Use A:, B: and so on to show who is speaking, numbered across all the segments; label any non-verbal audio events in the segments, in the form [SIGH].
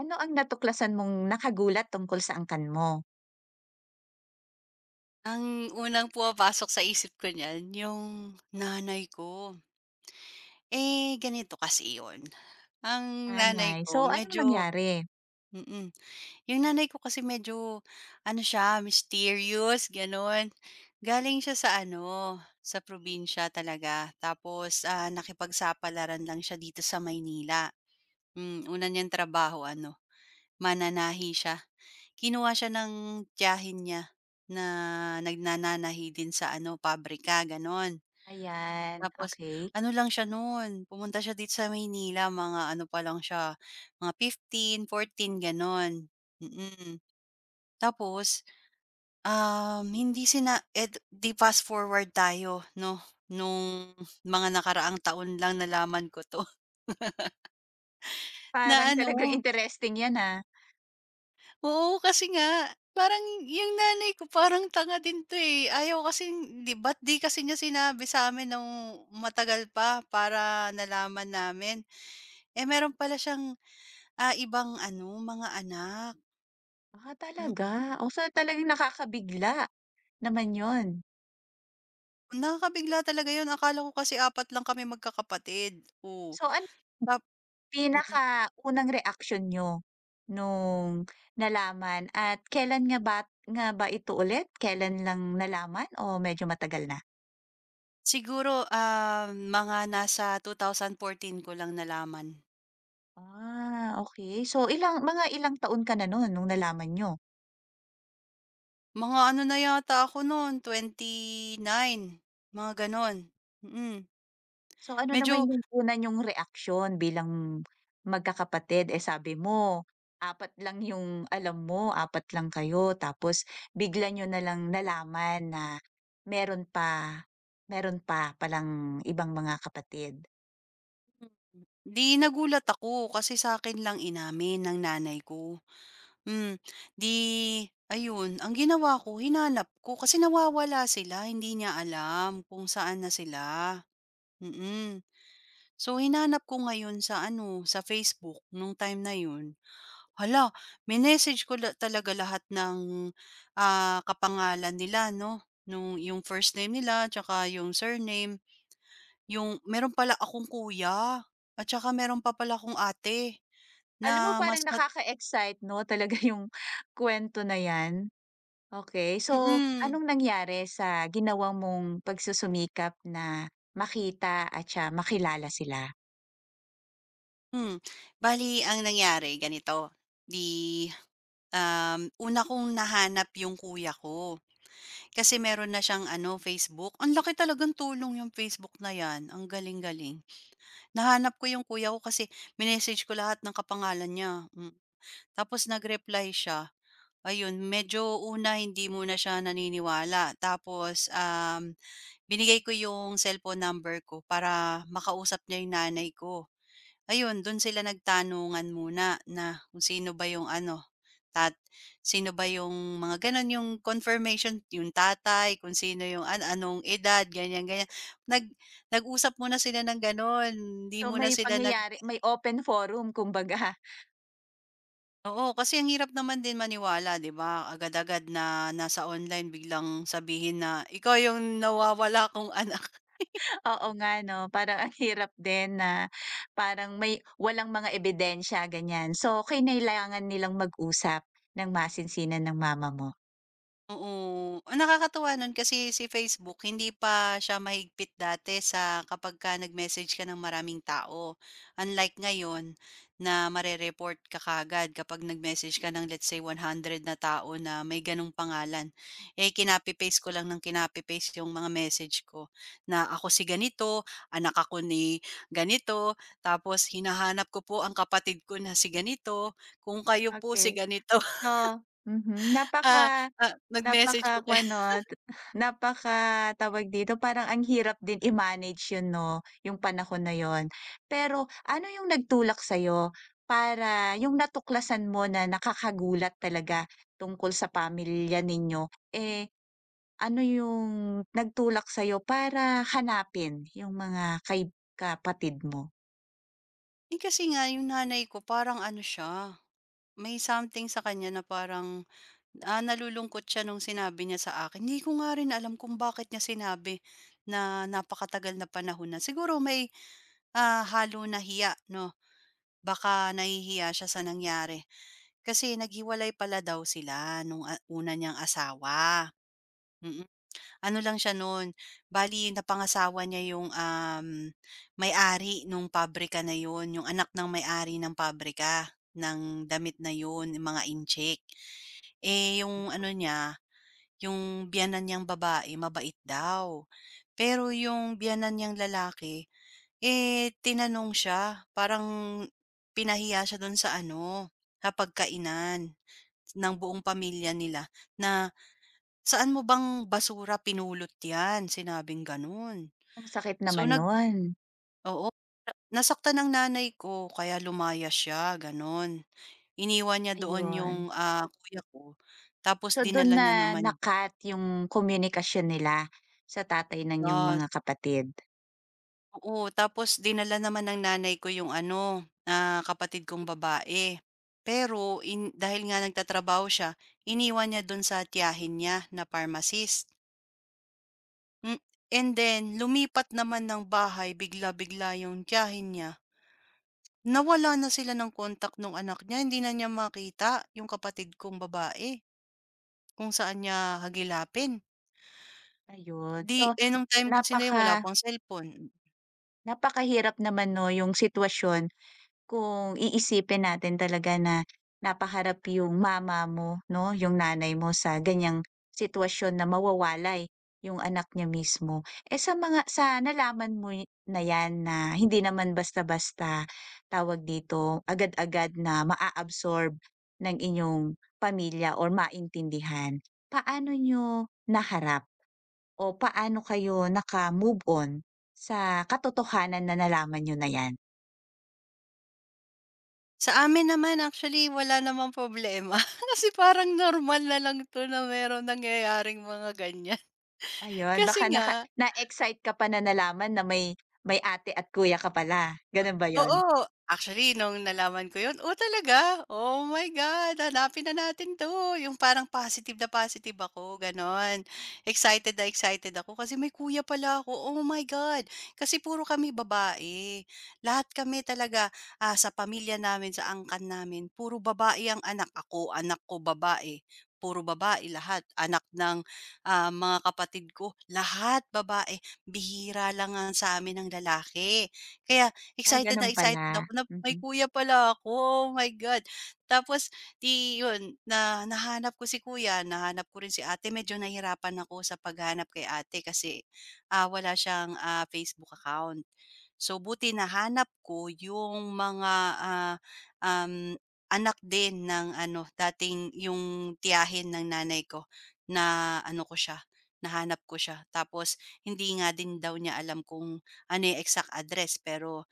A: Ano ang natuklasan mong nakagulat tungkol sa angkan mo?
B: Ang unang pumapasok sa isip ko niyan, yung nanay ko. Eh, ganito kasi yun, ang nanay
A: Tanay. So,
B: ko
A: anong
B: medyo
A: nangyari?
B: mm. Yung nanay ko kasi medyo ano siya, mysterious, gano'n. Galing siya sa ano, sa probinsya talaga. Tapos, nakipagsapalaran lang siya dito sa Maynila. Una niyang trabaho ano, mananahi siya. Kinuha siya ng tiyahin niya na nagnananahi din sa ano, pabrika, gano'n.
A: Ayan,
B: Tapos
A: okay.
B: ano lang siya nun, pumunta siya dito sa Maynila mga ano pa lang siya, mga 15, fourteen gano'n, mm. Tapos, hindi sina ed 'di fast forward tayo 'no, nung mga nakaraang taon lang nalaman ko 'to [LAUGHS] na
A: Parang talagang
B: ano
A: interesting 'yan, ah.
B: oo, kasi nga parang yung nanay ko parang tanga din 'to, eh, ayaw kasi 'di ba't 'di kasi niya sinabi sa'min nung matagal pa para nalaman namin. Eh, meron pala siyang ibang ano, mga anak.
A: Ah,
B: Mm,
A: talaga? Oh, so talagang nakakabigla naman yon.
B: Nakakabigla talaga 'yun akala ko kasi apat lang kami magkakapatid, oo
A: So, ano
B: Tap mm.
A: pinakaunang reaksyon niyo nung nalaman at kailan nga ba ito ulit? Kailan lang nalaman o medyo matagal na?
B: Siguro, mga nasa 2014 ko lang nalaman.
A: Ah, okay. So, ilang taon ka na nun nung nalaman niyo?
B: Mga ano na yata ako 29 mga gano'n, mm.
A: So, ano
B: Medyo
A: naman yung una yung reaksyon bilang magkakapatid? Eh, sabi mo, apat lang yung alam mo, apat lang kayo tapos bigla nyo na lang nalaman na meron pa meron pa palang ibang mga kapatid.
B: 'di nagulat ako kasi sa akin lang inamin ng nanay ko. Hmm, 'Di ayun, ang ginawa ko hinanap ko kasi nawawala sila, hindi niya alam kung saan na sila, mm. So, hinanap ko ngayon sa ano, sa Facebook nung time na yun. Hala, minessage ko la talaga lahat ng, kapangalan nila 'no, nung yung first name nila tsaka yung surname. Yung meron pala akong kuya at tsaka meron pa pala akong ate
A: Alam mo
B: na
A: parang
B: mas mat
A: nakaka-excite 'no, talaga yung [LAUGHS] kwento na 'yan. Okey, so
B: mm.
A: anong nangyari sa ginawa mong pagsusumikap na makita at siya makilala sila?
B: Hmm, bali ang nangyari ganito, 'di, una kong nahanap yung kuya ko, kasi meron na siyang ano Facebook. Ang laki talagang tulong yung Facebook na 'yan, ang galing-galing. Nahanap ko yung kuya ko kasi minessage ko lahat ng kapangalan niya, hmm. Tapos nag-reply siya, ayun medyo una hindi muna siya naniniwala tapos, binigay ko yung cellphone number ko para makausap niya yung nanay ko. Ayun, dun sila nagtanungan muna na kung sino ba yung ano, tat sino ba yung mga gano'n, yung confirmation, yung tatay, kung sino yung ano, anong edad, ganyan, ganyan. Nag nag-usap muna sila ng gano'n. Hindi
A: So,
B: muna
A: may
B: sila nag
A: pangyayari may open forum kumbaga.
B: oo, kasi ang hirap naman din maniwala, 'di ba? Agad-agad na nasa online biglang sabihin na, "Ikaw yung nawawala kong anak."
A: [LAUGHS] Oo nga 'no, parang ang hirap din na parang may walang mga ebidensya ganyan. So, kinailangan nilang mag-usap ng masinsinan ng mama mo?
B: Oo. Ang nakakatuwa nun kasi si Facebook hindi pa siya mahigpit dati sa kapagka nag-message ka ng maraming tao. Unlike ngayon na marereport ka kagad kapag nag-message ka ng let's say 100 na tao na may ganong pangalan. Eh kinapi-paste ko lang ng kinapi-paste yung mga message ko na ako si ganito, anak ako ni ganito, tapos hinahanap ko po ang kapatid ko na si ganito, kung kayo po si
A: Okay.
B: ganito. [LAUGHS]
A: So, mhm,
B: ah,
A: napaka
B: ah, nag-message po
A: Napaka ano, t- [LAUGHS] napaka tawag dito, parang ang hirap din i-manage yun 'no, yung panahon na yun. Pero ano yung nagtulak sa'yo para yung natuklasan mo na nakakagulat talaga tungkol sa pamilya ninyo, eh, ano yung nagtulak sa'yo para hanapin yung mga kay kapatid mo?
B: Eh, kasi nga yung nanay ko parang ano siya, may something sa kanya na parang, nalulungkot siya nung sinabi niya sa akin. Hindi ko nga rin alam kung bakit niya sinabi na napakatagal na panahon na. Siguro may, halo na hiya 'no, baka nahihiya siya sa nangyari. Kasi naghiwalay pala daw sila nung, una niyang asawa, mm. Ano lang siya nun, bale napangasawa niya yung, may-ari nung pabrika na yun, yung anak ng may-ari ng pabrika ng damit na yun, yung mga incheck. Eh, yung ano niya, yung biyenan niyang babae mabait daw. Pero yung biyenan niyang lalaki, eh, tinanong siya, parang pinahiya siya dun sa ano, sa pagkainan ng buong pamilya nila na Saan mo bang basura pinulot 'yan? Sinabing gano'n.
A: Ang sakit
B: So
A: naman nun,
B: oo, na nasaktan ang nanay ko kaya lumaya siya, gano'n. Iniwan niya doon yung,
A: ayun.
B: kuya ko, tapos
A: So dun
B: dinala
A: na
B: niya
A: na
B: naman
A: yung komunikasyon nila sa tatay ng iyong
B: yes,
A: mga kapatid?
B: oo. Tapos dinala naman ng nanay ko yung ano, kapatid kong babae. Pero dahil nga nagtatrabaho siya, iniwan niya do'n sa tiyahin niya na pharmacist. Hmm, and then lumipat naman ng bahay bigla-bigla yung tiyahin niya. Nawala na sila ng contact nung anak niya, hindi na niya makita yung kapatid kong babae kung saan niya hagilapin.
A: Ayun.
B: 'Di
A: So,
B: eh, nung time kasi na yun
A: napaka
B: wala pang cellphone.
A: napakahirap naman 'no yung sitwasyon. Kung iisipin natin talaga na napaharap yung mama mo 'no, yung nanay mo sa ganiyang sitwasyon na mawawalay yung anak niya mismo. Eh, sa nalaman mo na 'yan na hindi naman basta-basta, tawag dito, agad-agad na ng inyong pamilya or maintindihan, paano niyo naharap o paano kayo naka-move on sa katotohanan na nalaman niyo na 'yan?
B: Sa amin naman actually wala namang problema [LAUGHS] kasi parang normal na lang 'to na merong nangyayaring mga ganyan. [LAUGHS]
A: Ayun, baka
B: Kasi nga
A: na-excite ka pa na nalaman na may ate at kuya ka pala, gano'n ba yon?
B: Oo, actually nung nalaman ko yun, "Oh, talaga? Oh my God, hanapin na natin 'to." Yung parang positive na positive ako, gano'n. Excited na excited ako kasi may kuya pala ako, oh my God. Kasi puro kami babae, lahat kami talaga, sa pamilya namin, sa angkan namin, puro babae ang anak. Ako, anak ko babae, puro babae lahat. Anak ng, mga kapatid ko, lahat babae. Bihira lang ang sa amin ang lalaki. Kaya
A: Ay
B: excited na
A: gano'n pala,
B: excited ako na may
A: mhm.
B: kuya pala ako, oh my God. Tapos 'di 'yun, na nahanap ko si kuya, nahanap ko rin si ate, medyo nahirapan ako sa paghanap kay ate kasi, wala siyang, Facebook account. So buti nahanap ko yung mga, ah, um, anak din ng ano dating yung tiyahin ng nanay ko na ano ko siya, nahanap ko siya. Tapos hindi nga din daw niya alam kung ano yung exact address pero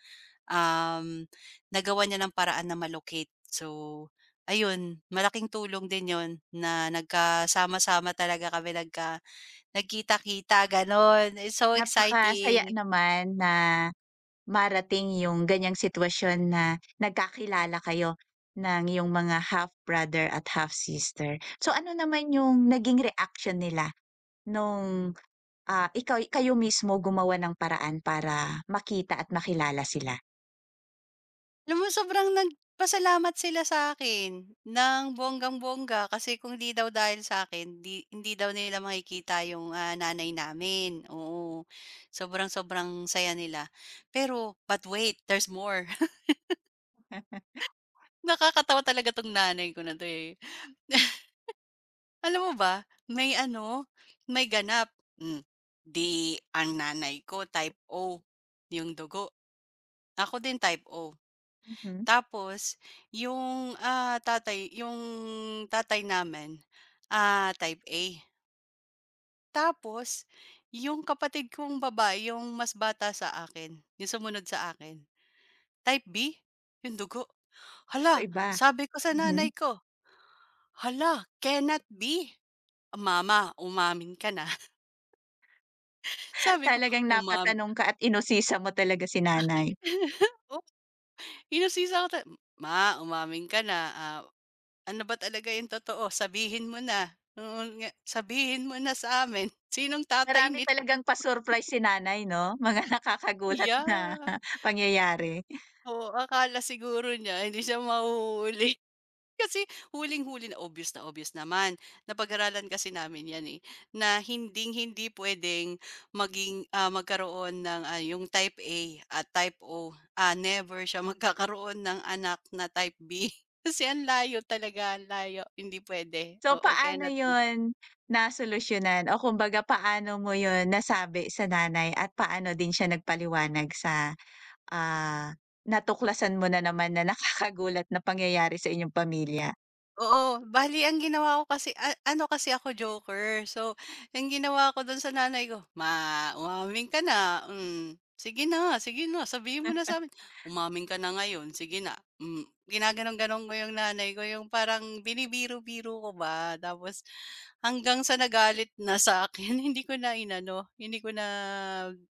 B: um, nagawan niya ng paraan na malocate. So, ayun malaking tulong din yon na nagkasama-sama talaga kami, nagkita-kita gano'n. It's so
A: Napakasaya
B: exciting.
A: naman na marating yung ganiyang sitwasyon na nagkakilala kayo ng iyong mga half brother at half sister. So, ano naman yung naging reaksyon nila nung, kayo mismo gumawa ng paraan para makita at makilala sila?
B: Alam mo sobrang nagpasalamat sila sa akin ng bonggang-bongga kasi kung 'di daw dahil sa akin hindi daw nila makikita yung, nanay namin, oo. Sobrang-sobrang saya nila. Pero but wait, there's more. [LAUGHS] Nakakatawa talaga 'tong nanay ko na 'to, eh. Alam mo ba, may ano, may ganap. Hmm, 'Di ang nanay ko type O, 'yung dugo. Ako din type O.
A: Mhm,
B: Tapos 'yung, tatay 'yung tatay namin, type A. Tapos 'yung kapatid kong babae 'yung mas bata sa akin, 'yung sumunod sa akin, type B, 'yung dugo.
A: so
B: Hala,
A: iba,
B: sabi ko sa
A: mhm.
B: nanay ko, "Hala, cannot be." Mama, umamin ka na. Sabi ko,
A: Talagang
B: umam
A: napatanong ka at inusisa mo talaga si nanay.
B: [LAUGHS] oh, hinusisa ko ta "Ma, umaming ka na, ano ba talaga yung totoo sabihin mo na, oo nga, sabihin mo na sa amin [LAUGHS] sinong tatay
A: Marami
B: nito."
A: talagang pa-surprise si nanay 'no, mga [LAUGHS] nakakagulat na
B: Yeah.
A: [LAUGHS] pangyayari.
B: Oo, akala siguro niya hindi siya mahuhuli. [LAUGHS] Kasi huling-huli na obvious naman. Napag-aralan kasi namin 'yan, eh, na hinding-hindi puwedeng maging, magkaroon ng, yung type A at type O. Never siya [LAUGHS] magkakaroon ng anak na type B. [LAUGHS] Kasi ang layo talaga, ang layo. Hindi pwede.
A: So,
B: Oo,
A: paano
B: cannot be.
A: 'yun nasolusyonan o kumbaga paano mo 'yun nasabi sa nanay at paano din siya nagpaliwanag sa, ah, natuklasan mo na naman na [LAUGHS] nakakagulat na pangyayari sa inyong pamilya?
B: Oo, bale ang ginawa ko kasi ano kasi ako joker. So, ang ginawa ko dun sa nanay ko, "Ma, umaming ka na, hmm, sige na, sabihin mo na sa'min, umaming ka na ngayon, sige na." Ginaganon-ganon ko yung nanay ko, yung parang binibiro-biro ko ba. Tapos hanggang sa nagalit na sa akin [LAUGHS] hindi ko na inano, hindi ko na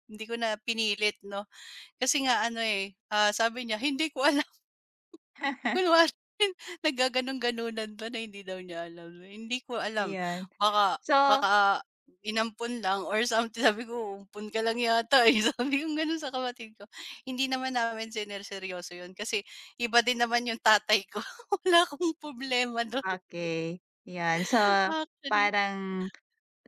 B: hindi ko na pinilit 'no. Kasi nga ano, eh, sabi niya, "Hindi ko alam." Kunwari [LAUGHS] naggaganon-ganunan pa na hindi daw niya alam, eh, hindi ko alam.
A: Ayun.
B: Baka
A: So,
B: baka inampon lang or something. Sabi ko, umpun ka lang yata, eh." [LAUGHS] Sabi kong gano'n sa kapatid ko. Hindi naman namin sinerseryoso 'yun kasi iba din naman 'yung tatay ko. [LAUGHS] Wala akong problema do'n
A: okay, 'yan. So,
B: actually.
A: parang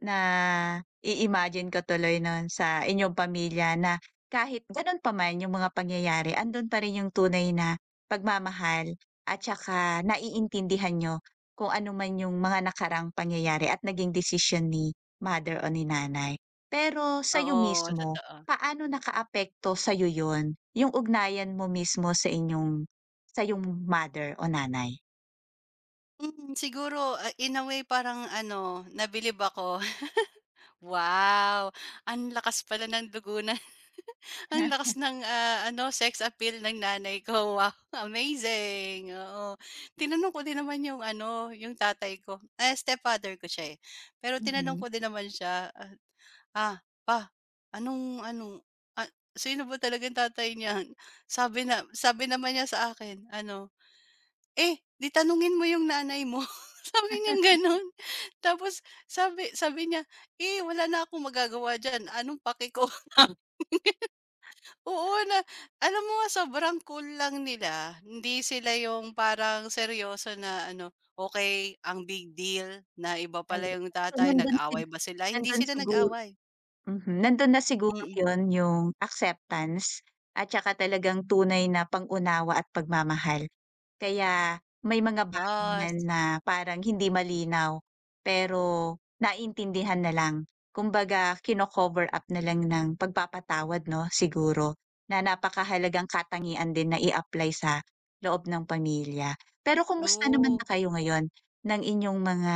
A: na-i-imagine ko tuloy nun sa inyong pamilya na kahit ganun pa man yung mga pangyayari andun pa rin yung tunay na pagmamahal at tsaka naiintindihan niyo kung ano man yung mga nakaraang pangyayari at naging desisyon ni mother o ni nanay. Pero sa'yo
B: Oo,
A: mismo,
B: totoo.
A: paano nakaapekto sa'yo yun, yung ugnayan mo mismo sa yung mother o nanay?
B: Siguro, in a way parang ano, nabilib ako. [LAUGHS] Wow, ang lakas pala ng dugo na Ang lakas ng, ano, sex appeal ng nanay ko, wow, [LAUGHS] amazing, oo. Tinanong ko din naman yung ano, yung tatay ko, eh, stepfather ko siya, eh. Pero tinanong
A: Mhm,
B: ko din naman siya, "Ah, pa, anong ano, ah, sino ba talagang tatay niyan?" [LAUGHS] Sabi na sabi naman niya sa akin ano, "Eh, 'di tanungin mo yung nanay mo." [LAUGHS] Sabi niyang gano'n. Tapos sabi sabi niya, "Eh, wala na akong magagawa diyan, anong pake ko?" [LAUGHS] Oo na alam mo sobrang cool lang nila. Hindi sila yung parang seryoso na ano, okay ang big deal na iba pala
A: ayun.
B: yung
A: So
B: tatay, nag-away ba sila? Hindi
A: nandun
B: sila
A: siguro.
B: nag-away.
A: Mhm, nandun na siguro
B: Mm.
A: yun yung acceptance at saka talagang tunay na pag-unawa at pagmamahal. Kaya may mga bagay man
B: Yes,
A: na parang hindi malinaw, pero naintindihan na lang. Kumbaga kino-cover up na lang ng pagpapatawad 'no, siguro, na napakahalagang katangian din na i-apply sa loob ng pamilya. Pero kumusta naman
B: true.
A: na kayo ngayon ng inyong mga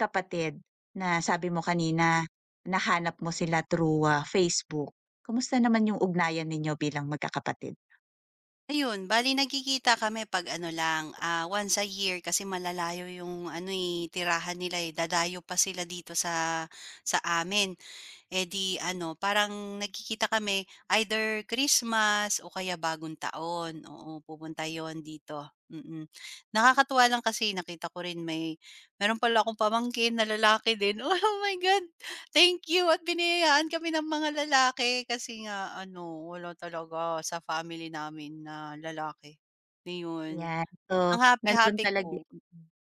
A: kapatid na sabi mo kanina nahanap mo sila through, Facebook? Kumusta naman yung ugnayan ninyo bilang magkakapatid?
B: Ayun, bale nagkikita kami 'pag ano lang, once a year kasi malalayo yung ano, eh, tirahan nila, eh, dadayo pa sila dito sa amin. Eh, di ano, parang nagkikita kami either Christmas o kaya Bagong Taon, oo, pupunta yon dito, mm. Nakakatuwa lang kasi nakita ko rin meron pala akong pamangkin na lalaki din, [LAUGHS] oh my God, thank you at biniyayaan kami ng mga lalaki kasi nga ano, wala talaga sa family namin na lalaki. Ayun,
A: Yan. So,
B: ang
A: nandun
B: happy-happy
A: talaga
B: ko,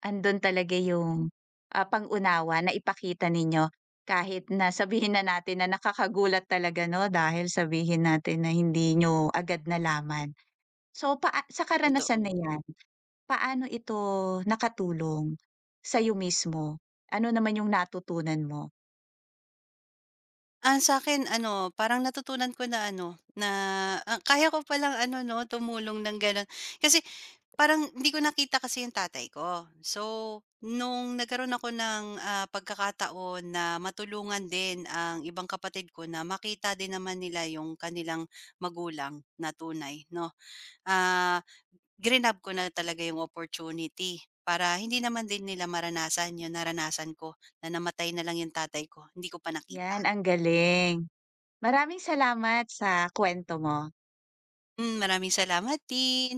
A: andun talaga yung, pang-unawa na ipakita ninyo kahit na sabihin na natin na nakakagulat talaga 'no, dahil sabihin natin na hindi niyo agad nalaman. So, sa karanasan
B: totoo.
A: na 'yan, paano ito nakatulong sa sa'yo mismo? Ano naman yung natutunan mo?
B: Sa akin ano, parang natutunan ko na ano, na, kaya ko palang ano 'no, tumulong ng gano'n. Kasi parang hindi ko nakita kasi yung tatay ko. So, nung nagkaroon ako ng, pagkakataon na matulungan din ang ibang kapatid ko na makita din naman nila yung kanilang magulang na tunay 'no, ah, grinab ko na talaga yung opportunity para hindi naman din nila maranasan yung naranasan ko na namatay na lang yung tatay ko, hindi ko pa nakita.
A: Yan, ang galing. Maraming salamat sa kwento mo.
B: Maraming salamat din.